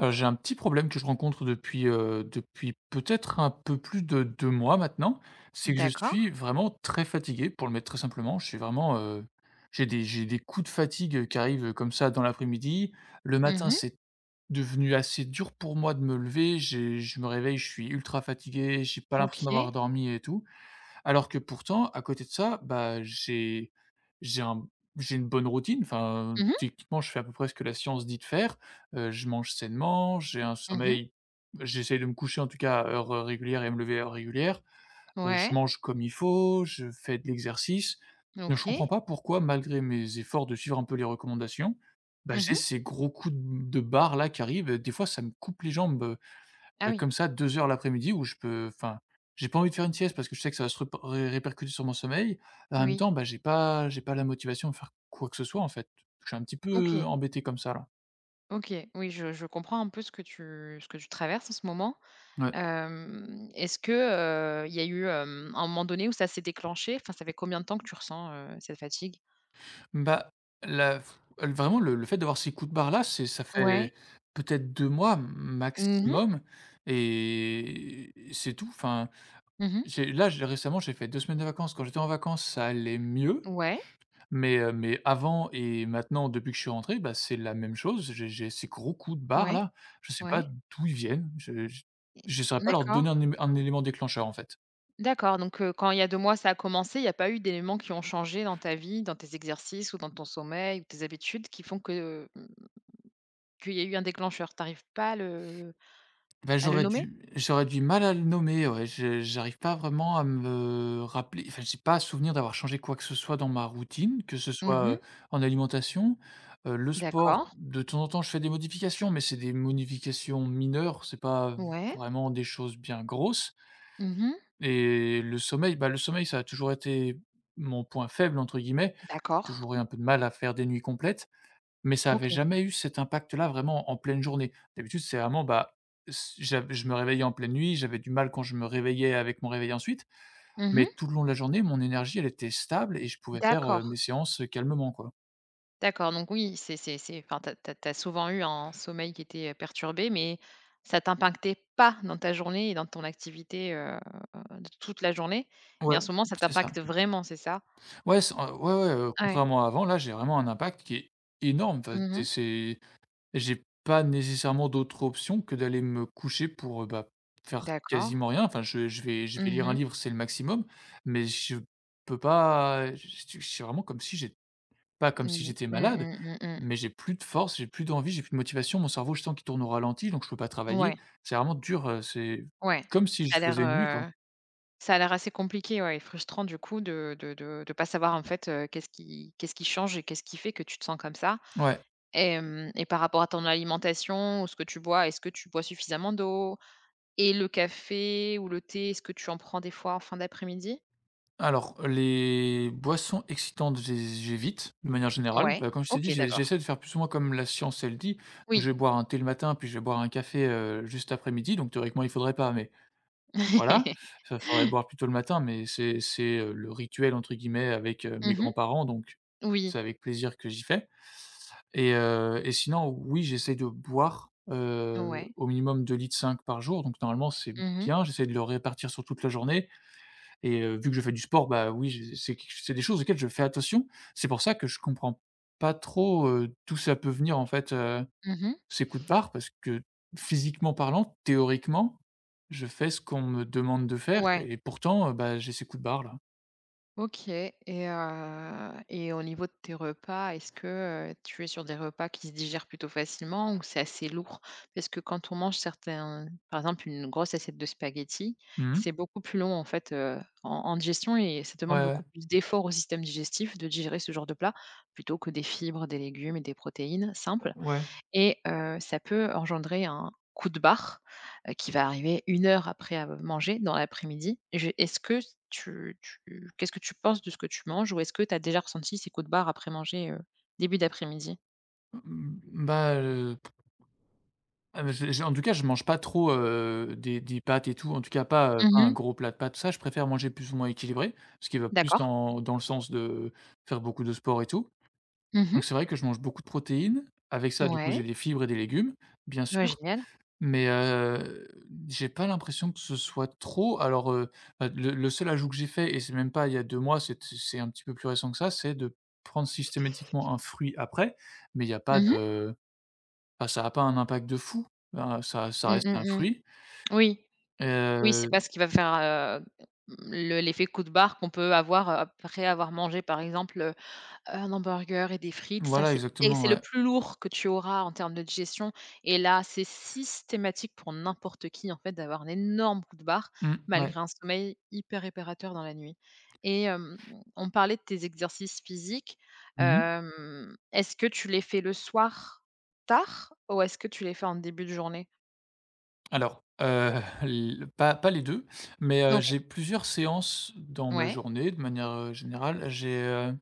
J'ai un petit problème que je rencontre depuis, depuis peut-être un peu plus de 2 mois maintenant. C'est que je D'accord. suis vraiment très fatigué, pour le mettre très simplement. Je suis vraiment, j'ai des coups de fatigue, qui arrivent, comme ça dans l'après-midi. Le matin, Mmh. c'est devenu assez dur pour moi de me lever. J'ai Je me réveille, je suis ultra fatigué, j'ai pas l'impression d'avoir OK. dormi et tout. Alors que pourtant, à côté de ça, bah, j'ai un j'ai une bonne routine, enfin, Mmh mh. techniquement, je fais à peu près ce que la science dit de faire. Je mange sainement, j'ai un Mmh. sommeil j'essaye de me coucher, en tout cas, à heure, régulière et me lever à heure régulière. Je Ouais. mange comme il faut, je fais de l'exercice. Je ne comprends OK. pas pourquoi, malgré mes efforts de suivre un peu les recommandations, bah, j'ai Mmh. ces gros coups de barre là qui arrivent des fois ça me coupe les jambes. Ah oui, Comme ça 2 heures l'après-midi où je peux enfin, j'ai pas envie de faire une sieste parce que je sais que ça va se rep ré répercuter sur mon sommeil. En même oui. temps, bah, j'ai pas la motivation de faire quoi que ce soit en fait. Je suis un petit peu OK, embêté comme ça là. OK. Oui, je comprends un peu ce que tu traverses en ce moment. Ouais. Est-ce que, il y a eu, un moment donné où ça s'est déclenché? Enfin, ça fait combien de temps que tu ressens, cette fatigue? Bah, la vraiment le fait d'avoir ces coups de barre là, c'est ça Ouais. fait peut-être 2 mois Mmh mh. maximum et c'est tout. Enfin, Mmh. J'ai récemment, j'ai fait 2 semaines de vacances. Quand j'étais en vacances, ça allait mieux. Ouais, Mais avant et maintenant, depuis que je suis rentré, bah, c'est la même chose. J'ai ces gros coups de ouais, barre-là, je sais pas ouais. d'où ils viennent. Je ne saurais pas leur D'accord, donner un éme un élément déclencheur, en fait. d'accord. Donc, quand il y a 2 mois, ça a commencé, il n'y a pas eu d'éléments qui ont changé dans ta vie, dans tes exercices ou dans ton sommeil ou tes habitudes qui font que. Qu'il y a eu un déclencheur, t'arrives pas à le Bah, à le nommer? J'aurais du mal à le nommer, ouais. Je J'arrive pas vraiment à me rappeler enfin, j'ai pas à souvenir d'avoir changé quoi que ce soit dans ma routine, que ce soit, Mmh. en alimentation. Le D'accord. sport, de temps en temps, je fais des modifications, mais c'est des modifications mineures, c'est pas Ouais. vraiment des choses bien grosses. Mmh. Et le sommeil, bah, le sommeil, ça a toujours été mon point «faible» entre guillemets. J'ai D'accord. toujours eu un peu de mal à faire des nuits complètes, mais ça avait OK. jamais eu cet impact-là vraiment en pleine journée. D'habitude, c'est vraiment, bah, s j'av je me réveillais en pleine nuit, j'avais du mal quand je me réveillais avec mon réveil ensuite, mais Mmh. tout le long de la journée, mon énergie, elle était stable et je pouvais faire, mes D'accord, séances, calmement, quoi. d'accord, donc oui, c'est enfin, tu as tu souvent eu un sommeil qui était, perturbé, mais ça t'impactait pas dans ta journée et dans ton activité, de toute la journée, mais en Ouais, ce moment, ça c'est ça. t'impacte vraiment, c'est ça? Ouais, ouais, Ouais. contrairement à avant, là, j'ai vraiment un impact qui est énorme. Enfin, tu Mmh. c'est j'ai pas nécessairement d'autre option que d'aller me coucher pour, bah, faire D'accord. quasiment rien. Enfin, je vais Mmh lire un mh. livre, c'est le maximum, mais je peux pas Je c'est vraiment comme si Mmh. j'étais Mmh, malade, mmh, mmh, mais j'ai plus de force, j'ai plus d'envie, j'ai plus de motivation. Mon cerveau, je sens qu'il tourne au ralenti, donc je peux pas mmh. Ouais, travailler. C'est vraiment dur, c'est ouais. comme si Ça je a l'air, faisais une nuit, quoi. heu Ça a l'air assez compliqué, ouais, et frustrant du coup de pas savoir en fait, qu'est-ce qui change et qu'est-ce qui fait que tu te sens comme ça? Ouais. Hem et par rapport à ton alimentation ou ce que tu bois, est-ce que tu bois suffisamment d'eau? Et le café ou le thé, est-ce que tu en prends des fois en fin d'après-midi? Alors, les boissons excitantes, j'évite de manière générale. Ouais, Bah, comme je t'ai OK, dit, d'accord. j'essaie de faire plus ou moins comme la science elle dit. Oui. Je vais boire un thé le matin, puis je vais boire un café, juste après-midi, donc théoriquement il faudrait pas, mais voilà. Ça faudrait boire plutôt le matin, mais c'est «le rituel» entre guillemets avec, mes Mmh. grands-parents, donc c'est Oui. avec plaisir que j'y fais et sinon, oui, j'essaie de boire, Ouais. au minimum deux litres cinq par jour, donc normalement c'est Mmh mh. bien. J'essaie de le répartir sur toute la journée et vu que je fais du sport, bah, oui, j'ai c'est des choses auxquelles je fais attention. C'est pour ça que je comprends pas trop, d'où ça peut venir, en fait, Mmh. ces coups de barre parce que physiquement parlant, théoriquement, je fais ce qu'on me demande de faire Ouais. et pourtant, bah, j'ai ces coups de barre là. OK, et au niveau de tes repas, est-ce que, tu es sur des repas qui se digèrent plutôt facilement ou c'est assez lourd? Parce que quand on mange certains par exemple une grosse assiette de spaghettis, Mmh. c'est beaucoup plus long en fait, en digestion et ça demande beaucoup Ouais, plus d'efforts au système digestif de digérer ce genre de plat, plutôt que des fibres, des légumes et des protéines simples. ouais. Et ça peut engendrer un coup de barre, qui va arriver 1 heure après avoir mangé dans l'après-midi. Je est-ce que tu tu Qu'est-ce que tu penses de ce que tu manges ou est-ce que tu as déjà ressenti ces coups de barre après manger, début d'après-midi? Mmh, bah, heu, j'ai en tout cas, je mange pas trop, des pâtes et tout, en tout cas pas, pas un Mmh. gros plat de pâtes, ça. Je préfère manger plus ou moins équilibré, ce qui va plus D'accord. Dans le sens de faire beaucoup de sport et tout. Mmh. Donc c'est vrai que je mange beaucoup de protéines. Avec ça, du coup, Ouais. j'ai des fibres et des légumes, bien Ouais, sûr, génial. mais j'ai pas l'impression que ce soit trop. Alors, bah, le seul ajout que j'ai fait et c'est même pas il y a 2 mois, c'est un petit peu plus récent que ça, c'est de prendre systématiquement un fruit après, mais il y a pas Mmh mh. de enfin, ça a pas un impact de fou. Bah, ça Mmh, reste un mmh. fruit. Oui, oui, c'est Heu, pas ce qui va faire, heu, le l'effet coup de barre qu'on peut avoir après avoir mangé, par exemple, un hamburger et des frites. ça voilà, c'est et exactement, c'est le ouais. plus lourd que tu auras en termes de digestion, et là, c'est systématique pour n'importe qui, en fait, d'avoir un énorme coup de barre, Mmh, ouais. malgré un sommeil hyper réparateur dans la nuit. et hem, on parlait de tes exercices physiques, Mmh. Est-ce que tu les fais le soir tard ou est-ce que tu les fais en début de journée? Alors, l pas pas les 2, mais OK. j'ai plusieurs séances dans ma Ouais. journée de manière, générale.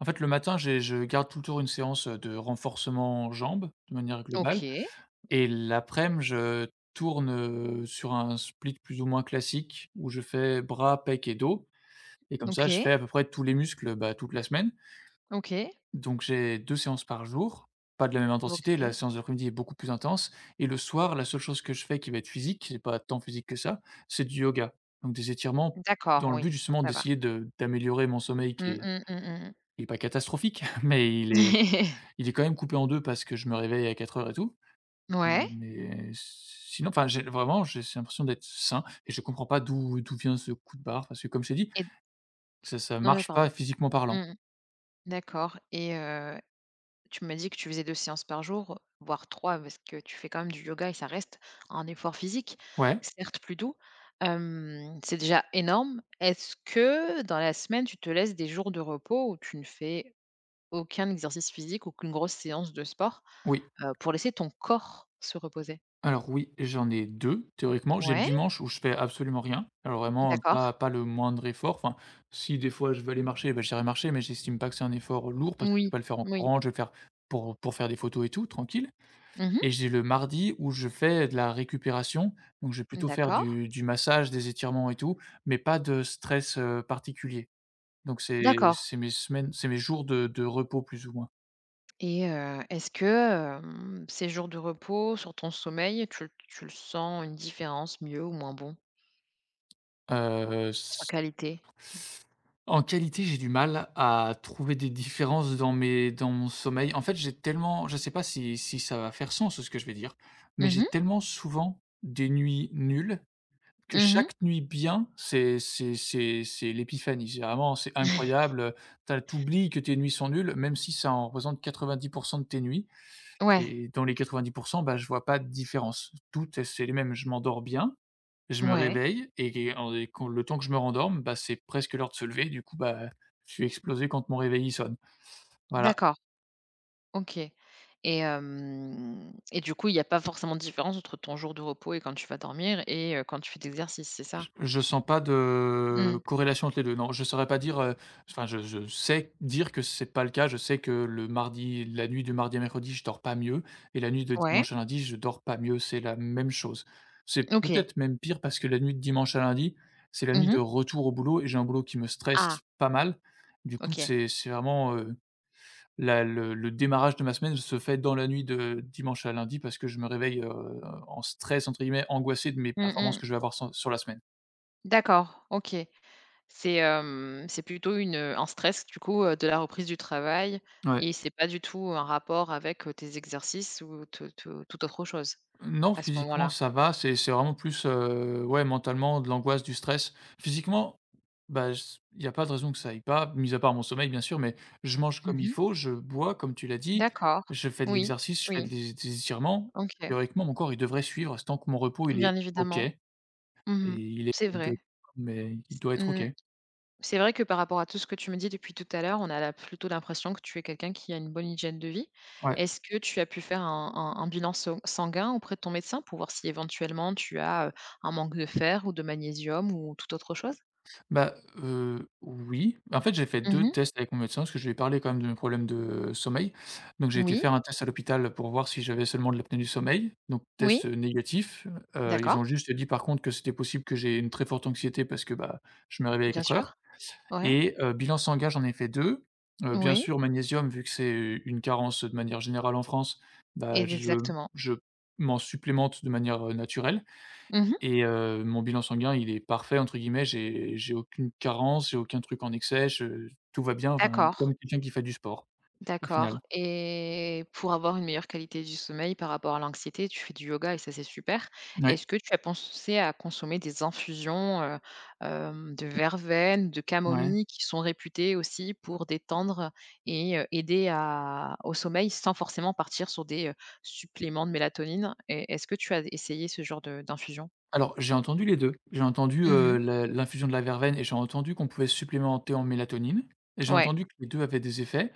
En fait, le matin, j'ai je garde tout le tour une séance, de renforcement jambes, de manière globale OK. et laprès midi je tourne, sur un split plus ou moins classique où je fais bras, pec et dos et comme ça, je OK. fais à peu près tous les muscles, bah, toute la semaine OK. donc j'ai 2 séances par jour, pas de la même intensité, la OK. séance de l'après-midi est beaucoup plus intense et le soir, la seule chose que je fais qui va être physique, c'est pas tant physique que ça, c'est du yoga. Donc des étirements D'accord, dans le but oui, justement ça va. d'essayer de d'améliorer mon sommeil Mmh mh, mmh mh. qui est pas catastrophique, mais il est quand même coupé en 2 parce que je me réveille à quatre heures et tout. Ouais. Mais sinon, enfin j'ai vraiment j'ai cette l'impression d'être sain et je comprends pas d'où vient ce coup de barre parce que comme je t'ai dit, Et ça ouais, marche pardon. pas physiquement parlant. Mmh. D'accord et tu m'as dit que tu faisais 2 séances par jour, voire 3, parce que tu fais quand même du yoga et ça reste un effort physique, Ouais, certes plus doux. C'est déjà énorme. Est-ce que dans la semaine, tu te laisses des jours de repos où tu ne fais aucun exercice physique, aucune grosse séance de sport, oui. Pour laisser ton corps se reposer? Alors oui, j'en ai 2 théoriquement. J'ai le Ouais, dimanche où je fais absolument rien. Alors vraiment, d'accord. Pas le moindre effort. Enfin, si des fois je veux aller marcher, ben j'irai marcher, mais j'estime pas que c'est un effort lourd parce que je vais Oui, pas le faire en oui. courant, je vais le faire pour faire des photos et tout, tranquille. Mmh. Et j'ai le mardi où je fais de la récupération, donc je vais plutôt faire D'accord. Du massage, des étirements et tout, mais pas de stress, particulier. Donc D'accord. c'est mes semaines c'est mes jours de repos plus ou moins. Et est-ce que, ces jours de repos sur ton sommeil, tu le sens une différence, mieux ou moins bon? Heu, Sur qualité? En qualité, j'ai du mal à trouver des différences dans mes dans mon sommeil. En fait, j'ai tellement je sais pas si ça va faire sens ce que je vais dire, mais j'ai Mhm, tellement souvent des nuits nulles que mhm. chaque nuit bien, c'est l'épiphanie. C'est vraiment c'est incroyable. T'as t'oublies que tes nuits sont nulles, même si ça en représente 90 de tes nuits Ouais, et dans les 90 bah, je vois pas de différence. Toutes, c'est les mêmes. Je m'endors bien, je me ouais, réveille et en et quand le temps que je me rendorme, bah, c'est presque l'heure de se lever, du coup, bah, je suis explosé quand mon réveil, il sonne. Voilà, d'accord, OK. Et du coup, il n'y a pas forcément de différence entre ton jour de repos et quand tu vas dormir et quand tu fais d'exercice, c'est ça? j je sens pas de Mmh. corrélation entre les 2. Non, je saurais pas dire, enfin, je sais dire que c'est pas le cas. Je sais que le mardi la nuit du mardi à mercredi, je dors pas mieux et la nuit de Ouais, dimanche à lundi, je dors pas mieux, c'est la même chose. C'est OK. peut-être même pire parce que la nuit de dimanche à lundi, c'est la nuit de Mhm. retour au boulot et j'ai un boulot qui me Ah, stresse pas mal. Du coup, OK. C'est vraiment, La le démarrage de ma semaine se fait dans la nuit de dimanche à lundi parce que je me réveille, en «stress» entre guillemets, angoissé de mes Mmh performances mh. que je vais avoir sur la semaine. D'accord, OK. C'est plutôt un stress du coup, de la reprise du travail, Ouais. et c'est pas du tout un rapport avec, tes exercices ou toute autre chose, Non, à ce physiquement moment-là? ça va, c'est vraiment plus, ouais, mentalement, de l'angoisse, du stress. Physiquement, bah, il y a pas de raison que ça aille pas, mis à part mon sommeil bien sûr, mais je mange comme il Mmh. faut, je bois comme tu l'as dit, D'accord. je fais de Oui, l'exercice, je fais oui, des étirements. OK. Théoriquement, mon corps, il devrait suivre, tant que mon repos, il Bien est OK évidemment. et Mmh. il est C'est il doit vrai. mais il doit être OK. Mmh. C'est vrai que par rapport à tout ce que tu me dis depuis tout à l'heure, on a plutôt l'impression que tu es quelqu'un qui a une bonne hygiène de vie. Ouais. Est-ce que tu as pu faire un bilan sanguin auprès de ton médecin pour voir si éventuellement tu as un manque de fer ou de magnésium ou toute autre chose? Bah, oui. En fait, j'ai fait deux Mhm. tests avec mon médecin parce que je lui ai parlé quand même de mes problèmes de sommeil. Donc j'ai été Oui, faire un test à l'hôpital pour voir si j'avais seulement de l'apnée du sommeil, donc oui, test, négatif. Ils d'accord, ont juste dit par contre que c'était possible que j'ai une très forte anxiété parce que, bah, je me réveille à bien 4 heures sûr. Ouais, et bilan sanguin, j'en ai fait 2. Bien oui, sûr magnésium vu que c'est une carence de manière générale en France, bah, et exactement. je m'en supplémente de manière, naturelle. Mhm. Et mon bilan sanguin, il est «parfait» entre guillemets, j'ai aucune carence, j'ai aucun truc en excès, je tout va bien, enfin, D'accord. comme quelqu'un qui fait du sport, au D'accord, final. et pour avoir une meilleure qualité du sommeil par rapport à l'anxiété, tu fais du yoga et ça, c'est super. Ouais, Est-ce que tu as pensé à consommer des infusions, de verveine, de ouais. camomille qui sont réputées aussi pour détendre et aider à au sommeil sans forcément partir sur des, suppléments de mélatonine? Et est-ce que tu as essayé ce genre de d'infusion? Alors, j'ai entendu les 2. J'ai entendu, Mmh. la l'infusion de la verveine et j'ai entendu qu'on pouvait supplémenter en mélatonine et j'ai Ouais, entendu que les 2 avaient des effets.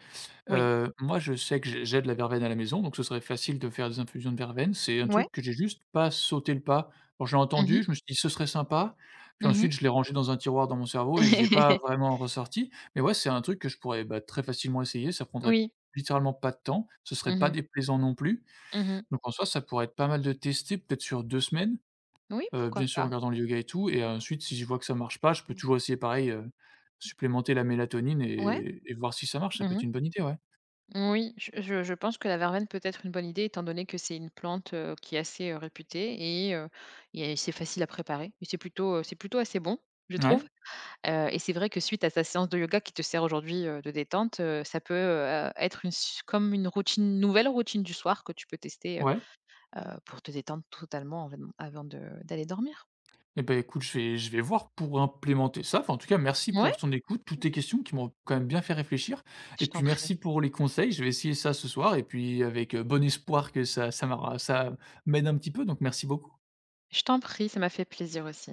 oui. Moi, je sais que j'ai de la verveine à la maison, donc ce serait facile de faire des infusions de verveine. C'est un Ouais. truc que j'ai juste pas sauté le pas. Quand j'ai Mmh entendu, mh. je me suis dit: «Ce serait sympa», puis ensuite je l'ai rangé dans un tiroir dans mon cerveau et j'y ai pas vraiment ressorti. Mais ouais, c'est un truc que je pourrais, bah, très facilement essayer, ça prendrait Oui. littéralement pas de temps, ce serait Mmh pas mh. déplaisant non plus. Mmh. Donc en soi, ça pourrait être pas mal de tester peut-être sur 2 semaines, Oui, pourquoi bien sûr en pas? regardant le yoga et tout et ensuite si je vois que ça marche pas, je peux toujours essayer pareil, supplémenter la mélatonine Ouais. et voir si ça marche, ça peut Mmh. être une bonne idée, ouais. Oui, je pense que la verveine peut être une bonne idée étant donné que c'est une plante, qui est assez, réputée, et et c'est facile à préparer et c'est plutôt assez bon, je trouve, Ouais. Et c'est vrai que suite à ta séance de yoga qui te sert aujourd'hui, de détente, ça peut, être une s comme une routine nouvelle routine du soir que tu peux tester, Ouais. Pour te détendre totalement avant de d'aller dormir. Et ben écoute, je vais voir pour implémenter ça. Enfin, en tout cas, merci Ouais, pour ton écoute, toutes tes questions qui m'ont quand même bien fait réfléchir je et t'en puis prie. merci pour les conseils. Je vais essayer ça ce soir et puis avec, bon espoir que ça m'aide un petit peu, donc merci beaucoup. Je t'en prie, ça m'a fait plaisir aussi.